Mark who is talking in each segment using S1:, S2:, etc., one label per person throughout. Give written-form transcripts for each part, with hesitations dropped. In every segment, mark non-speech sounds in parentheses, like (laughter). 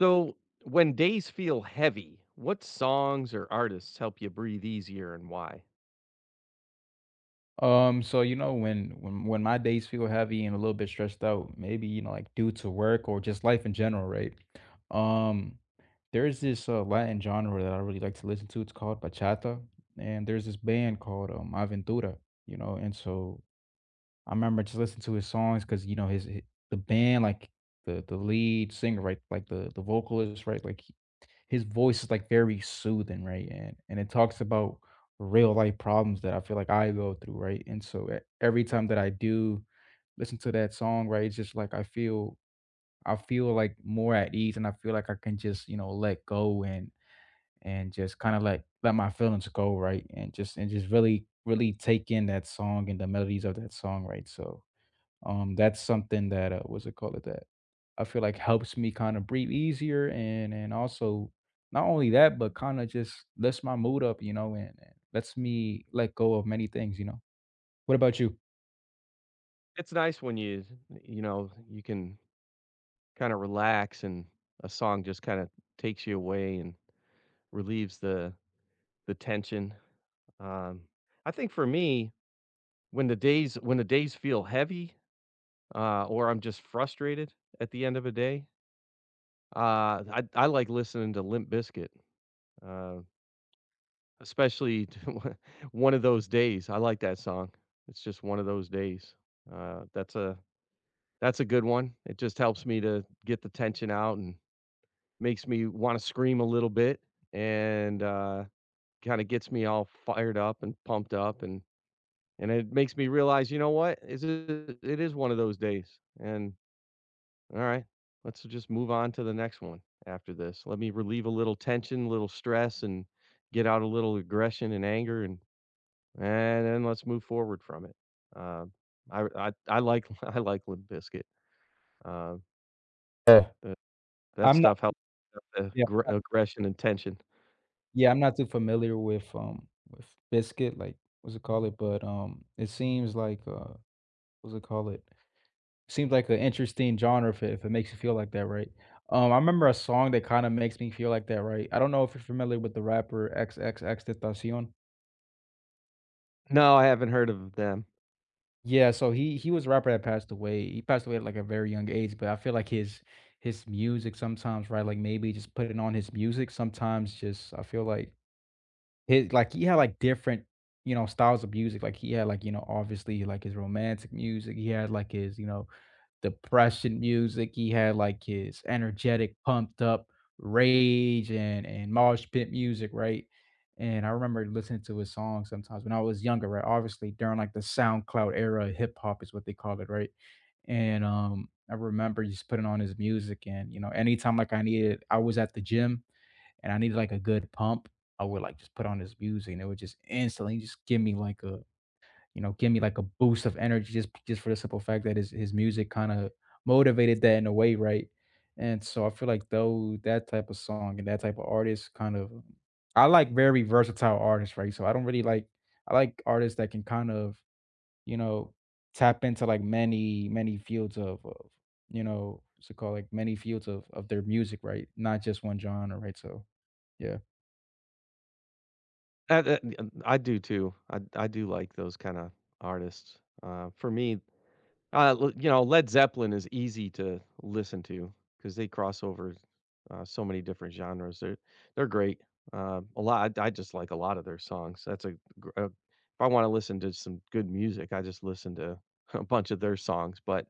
S1: So, when days feel heavy, what songs or artists help you breathe easier and why?
S2: So when my days feel heavy and a little bit stressed out, maybe, like due to work or just life in general, right? Um, there's this Latin genre that I really like to listen to. It's called bachata, and there's this band called Aventura. And so I remember just listening to his songs because the band, like the lead singer, right? Like the vocalist, right? Like his voice is like very soothing, right? And it talks about real life problems that I feel like I go through, right? And so every time that I do listen to that song, right, it's just like I feel like more at ease, and I feel like I can just, let go, and just kind of like let my feelings go, right? And just really, really take in that song and the melodies of that song, right? So, that's something that, that I feel like helps me kind of breathe easier, and also not only that, but kind of just lifts my mood up, and lets me let go of many things. What about you?
S1: It's nice when you know, you can kind of relax and a song just kind of takes you away and relieves the tension. Um, I think for me, when the days feel heavy, or I'm just frustrated at the end of a day, I like listening to Limp Bizkit. Uh, Especially (laughs) one of those days. I like that song. It's just one of those days. Uh, that's a that's a good one. It just helps me to get the tension out and makes me wanna scream a little bit and, kinda gets me all fired up and pumped up, and it makes me realize, you know what? Is it it is one of those days, and, alright, let's just move on to the next one after this. Let me relieve a little tension, a little stress, and get out a little aggression and anger. And then let's move forward from it. Um, I like (laughs) I like Limp Bizkit. Um,
S2: Yeah.
S1: that that
S2: I'm not
S1: stuff helps the
S2: Yeah,
S1: gr aggression and tension.
S2: yeah, I'm not too familiar with biscuit, like what's it call it, but it seems like what's it call it? Seems like an interesting genre if it makes you feel like that, right? I remember a song that kinda makes me feel like that, right? I don't know if you're familiar with the rapper XXXTentacion.
S1: No, I haven't heard of them.
S2: Yeah, so he was a rapper that passed away. He passed away at, like, a very young age, but I feel like his music sometimes, right, like, maybe just putting on his music sometimes, just I feel like he had, like, different, styles of music, like, he had, like, obviously, like, his romantic music, he had, like, his depression music, he had, like, his energetic, pumped up rage and mosh pit music, right? And I remember listening to his songs sometimes when I was younger, right? Obviously, during, like, the SoundCloud era, hip hop is what they call it, right? And, I remember just putting on his music and, anytime, like, I was at the gym and I needed, like, a good pump, I would, like, just put on his music, and it would just instantly just give me like a boost of energy just for the simple fact that his music kind of motivated that in a way, right? And so I feel like, though, that type of song and that type of artist, kind of, I like very versatile artists, right? So I don't really like I like artists that can kind of, you know, tap into, like, many fields of, you know, what's it called like many fields of their music, right? Not just one genre, right? So yeah.
S1: Uh, uh, I do too. I do like those kinda artists. For me l you know, Led Zeppelin is easy to listen to because they cross over, so many different genres. They're great. A lot I just like a lot of their songs. That's a gr if I wanna listen to some good music, I just listen to (laughs) a bunch of their songs, but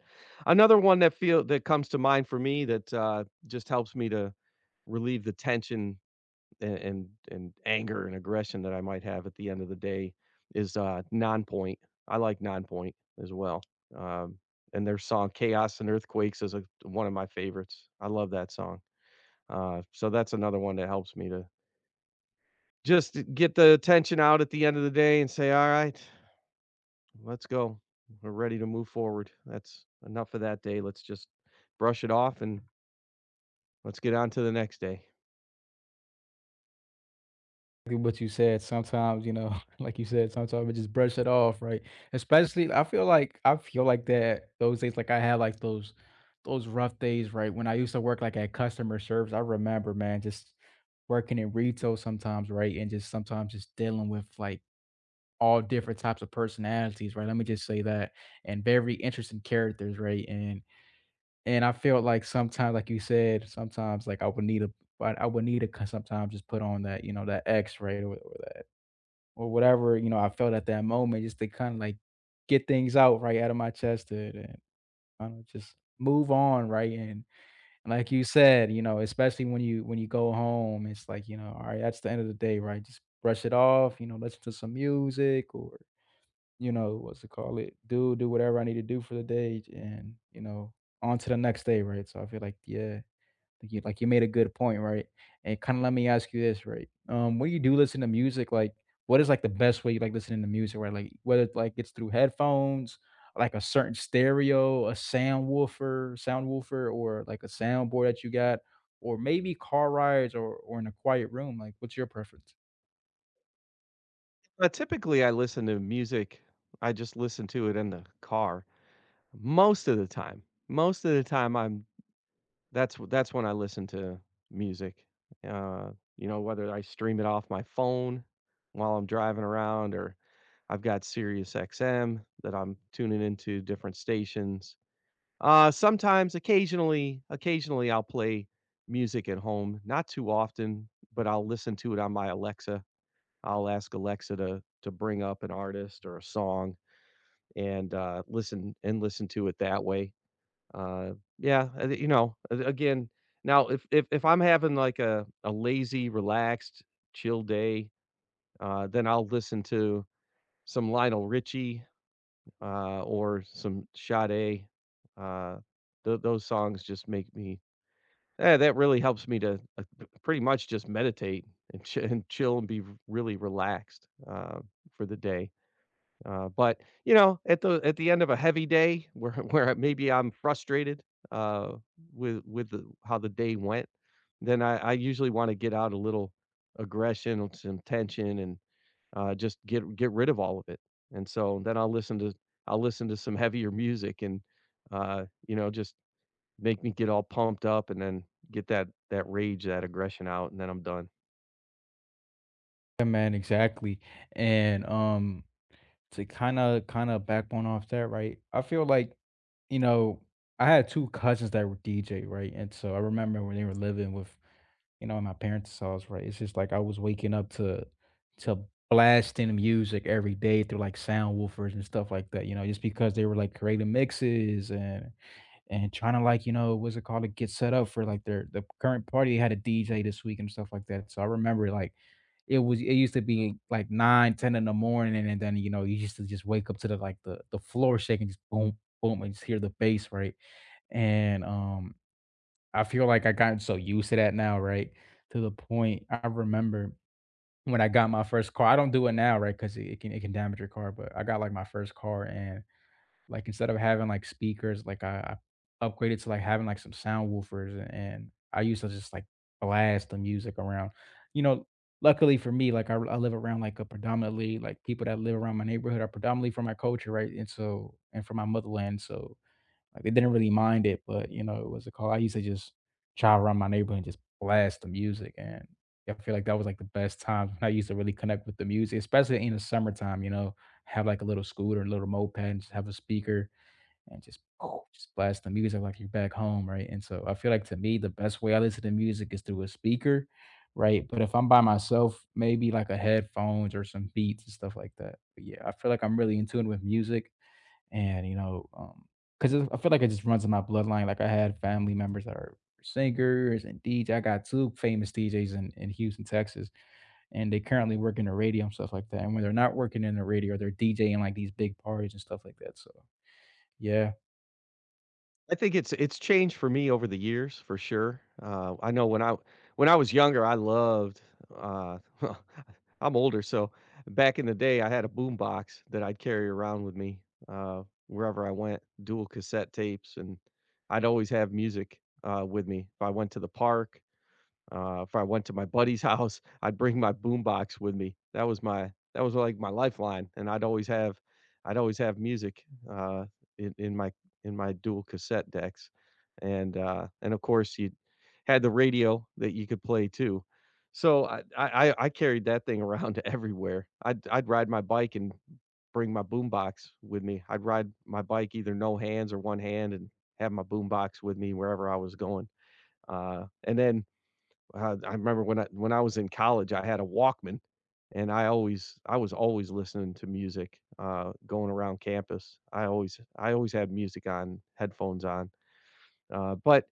S1: another one that comes to mind for me that, just helps me to relieve the tension and anger and aggression that I might have at the end of the day is, Nonpoint. I like Nonpoint as well. Um, and their song "Chaos and Earthquakes" is a one of my favorites. I love that song. So that's another one that helps me to just get the tension out at the end of the day and say, "Alright, let's go. We're ready to move forward. That's enough of that day. Let's just brush it off and let's get on to the next day."
S2: Exactly what you said. Sometimes, (laughs) like you said, sometimes we just brush it off, right? Especially, I feel like that those days, like I had like those rough days, right? When I used to work like at customer service, I remember, man, just working in retail sometimes, right? And just sometimes just dealing with like all different types of personalities, right? Let me just say that, and very interesting characters, right? And I felt like sometimes, like you said, sometimes like I would need a, but I would need to sometimes just put on that, that X, right, or that or whatever, I felt at that moment just to kind of like get things out, right, out of my chest, and I don't know, just move on, right? And, like you said, especially when you go home, it's like, all right, that's the end of the day, right? Just brush it off, listen to some music or, you know, what's it called it? Do whatever I need to do for the day and, on to the next day, right? So I feel like, yeah, like you made a good point, right? And kinda let me ask you this, right? When you do listen to music, like what is like the best way you like listening to music, right? Like whether it's through headphones, like a certain stereo, a sound woofer, or like a soundboard that you got, or maybe car rides or in a quiet room. Like what's your preference?
S1: Typically, I just listen to it in the car. Most of the time. Most of the time, I'm that's w that's when I listen to music, uh, you know, whether I stream it off my phone while I'm driving around, or I've got SiriusXM that I'm tuning into different stations. Sometimes occasionally, I'll play music at home, not too often, but I'll listen to it on my Alexa. I'll ask Alexa to bring up an artist or a song and, listen to it that way. Yeah, you know, a again, now if I'm having like a lazy, relaxed, chill day, then I'll listen to some Lionel Richie, or some Sade. Uh, those songs just make me yeah, that really helps me to, p pretty much just meditate and chill and be really relaxed, for the day. But you know, at the end of a heavy day, where (laughs) where maybe I'm frustrated uh, with how the day went, then I usually want to get out a little aggression and some tension, and just get rid of all of it. And so then I'll listen to some heavier music, and you know, just make me get all pumped up, and then get that rage, that aggression out, and then I'm done.
S2: Yeah, man, exactly. And, to kinda backbone off that, right? I feel like, you know, I had 2 cousins that were DJ, right? And so I remember when they were living with, in my parents' house, right? It's just like I was waking up to blasting music every day through like sound woofers and stuff like that, just because they were like creating mixes and trying to, like, to get set up for like the current party had a DJ this week and stuff like that. So I remember, like, it used to be like 9, 10 in the morning, and then, you used to just wake up to the, like, the floor shaking, just boom, boom, and just hear the bass, right? And, I feel like I gotten so used to that now, right? To the point, I remember, when I got my first car I don't do it now, right? 'Cause it can damage your car, but I got, like, my first car, and, like, instead of having, like, speakers, like, I upgraded to, like, having, like, some sound woofers, and I used to just, like, blast the music around. You know, Luckily for me, like, I live around, like, people that live around my neighborhood are predominantly from my culture, right? And from my motherland, so, like, they didn't really mind it, but, it was a call. I used to just drive around my neighborhood and just blast the music, and I feel like that was, like, the best times when I used to really connect with the music, especially in the summertime, you know? Have, like, a little scooter, a little moped, and just have a speaker and just, oh, just blast the music like you're back home, right? And so I feel like, to me, the best way I listen to music is through a speaker, right? But if I'm by myself, maybe like a headphones or some beats and stuff like that. But yeah, I feel like I'm really in tune with music, and, because I feel like it just runs in my bloodline. Like I had family members that are singers and DJ. I got two famous DJs in Houston, Texas, and they currently work in the radio and stuff like that. And when they're not working in the radio, they're DJing like these big parties and stuff like that. So yeah.
S1: I think it's changed for me over the years for sure. I know when I was younger, I loved. Uh, (laughs) I'm older, so back in the day, I had a boom box that I'd carry around with me wherever I went, dual cassette tapes, and I'd always have music with me. If I went to the park, if I went to my buddy's (laughs) house, I'd bring my boombox with me. That was like my lifeline, and I'd always have music uh, in my dual cassette decks, and of course you had the radio that you could play too. So I carried that thing around (laughs) everywhere. I'd ride my bike and bring my boombox with me. I'd ride my bike either no hands or one hand and have my boombox with me wherever I was going. And then I remember when I was in college, I had a Walkman, and I was always listening to music going around campus. I always had music on, headphones on. But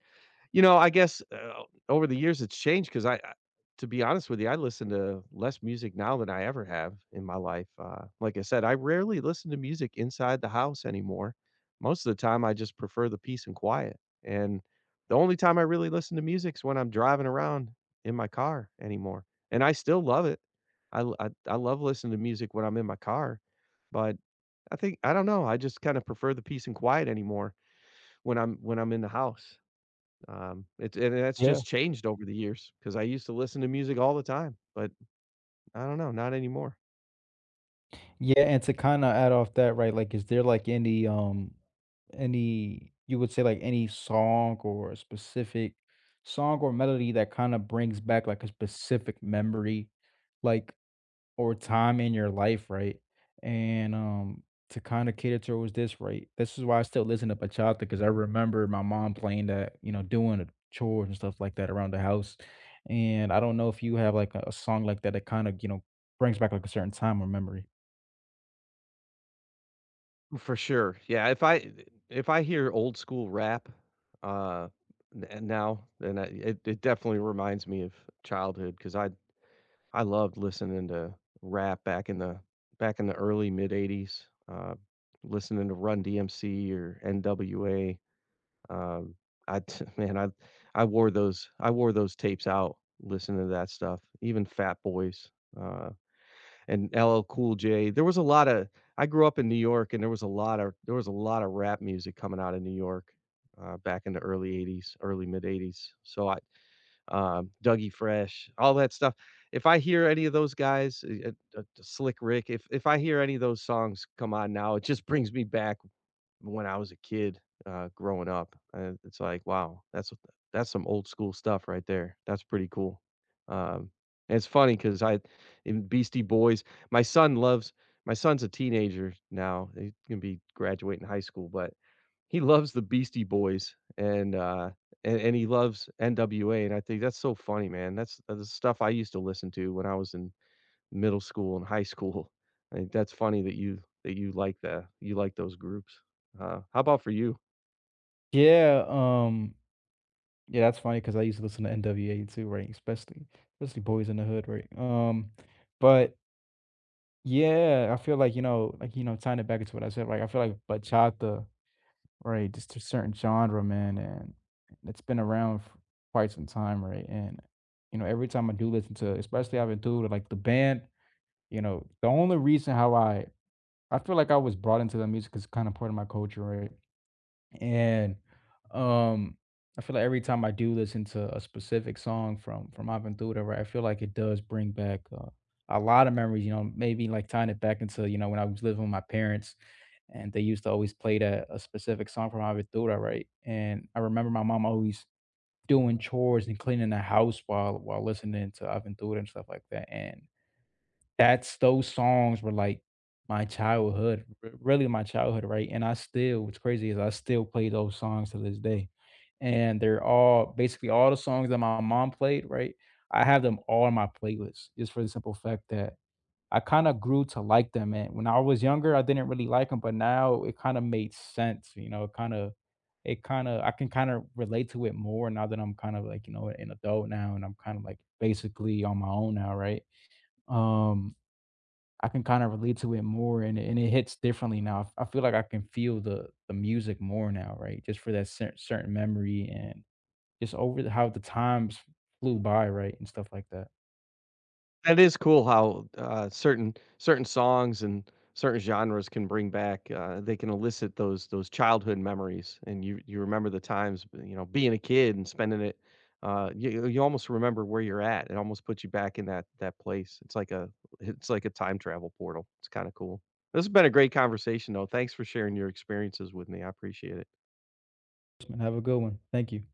S1: you know, I guess, over the years, it's changed, 'cause I to be honest with you, I listen to less music now than I ever have in my life. Uh, like I said, I rarely listen to music inside the house anymore. Most of the time, I just prefer the peace and quiet, and the only time I really listen to music is when I'm driving around in my car anymore, and I still love it. I l I love listening to music when I'm in my car, but I think I don't know, I just kinda prefer the peace and quiet anymore when I'm in the house. It and that's
S2: Yeah,
S1: just changed over the years because I used to listen to music all the time, but I don't know, not anymore.
S2: Yeah, and to kind of add off that, right? Like, is there, like, any you would say, like, any song or a specific song or melody that kind of brings back, like, a specific memory, like, or time in your life, right? And, to kind of cater towards this, right? This is why I still listen to bachata because I remember my mom playing that, doing the chores and stuff like that around the house. And I don't know if you have, like, a song like that that kind of, brings back, like, a certain time or memory.
S1: For sure. Yeah, if I hear old school rap, uh, n and now, then I it it definitely reminds me of childhood because I loved listening to rap back in the early mid '80s, listening to Run DMC or NWA. Um, I t (laughs) man, I wore those tapes out listening to that stuff, even Fat Boys, uh, and LL Cool J. There was a lot of I grew up in New York, and there was a lot of rap music coming out of New York, back in the early '80s, early mid '80s. So I Dougie Fresh, all that stuff. If I hear any of those guys, Slick Rick, if I hear any of those songs come on now, it just (laughs) brings me back when I was a kid, growing up, and it's like, wow, that's some old school stuff right there. That's pretty cool. Um, and it's funny because I in Beastie Boys, my son loves my son's a teenager now. He's gonna be graduating high school, but he loves the Beastie Boys and, and he loves NWA, and I think that's so funny, man. That's the stuff I used to listen to when I was in middle school and high school. (laughs) I think that's funny that you like those groups. How about for you?
S2: Yeah, yeah, that's funny because I used to listen to NWA too, right? Especially "Boys in the Hood," right? But yeah, I feel like, tying it back into what I said, right? I feel like bachata, right? Just a certain genre, man, and it's been around for quite some time, right? And, every time I do listen to, especially I've been through like the band, the only reason how I feel like I was brought into the music is kind of part of my culture, right? And, um, I feel like every time I do listen to a specific song from Ivan, right, I feel like it does bring back, a lot of memories, maybe, like, tying it back into, when I was living with my parents, and they used to always play that a specific song from Ivan, right? And I remember my mom always doing chores and cleaning the house while listening to Ivan and stuff like that, and that's those songs were, like, my childhood, r really my childhood, right, and I still what's crazy is I still play those songs to this day, and they're all basically all the songs that my mom played, right, I have them all in my playlist just for the simple fact that I kinda grew to like them, and when I was younger, I didn't really like them, but now it kinda made sense, it kinda I can kinda relate to it more now that I'm kind of, like, an adult now, and I'm kind of, like, basically on my own now, right? Um I can kind of relate to it more, and it hits differently now. I feel like I can feel the music more now, right? Just for that certain memory and just over the how the times flew by, right, and stuff like that.
S1: That is cool how, certain certain songs and certain genres can bring back, they can elicit those childhood memories, and you remember the times, you know, being a kid and spending it, you almost remember where you're at. It almost puts you back in that place. It's like a time travel portal. It's kinda cool. This has been a great conversation, though. Thanks for sharing your experiences with me. I appreciate it.
S2: Have a good one. Thank you.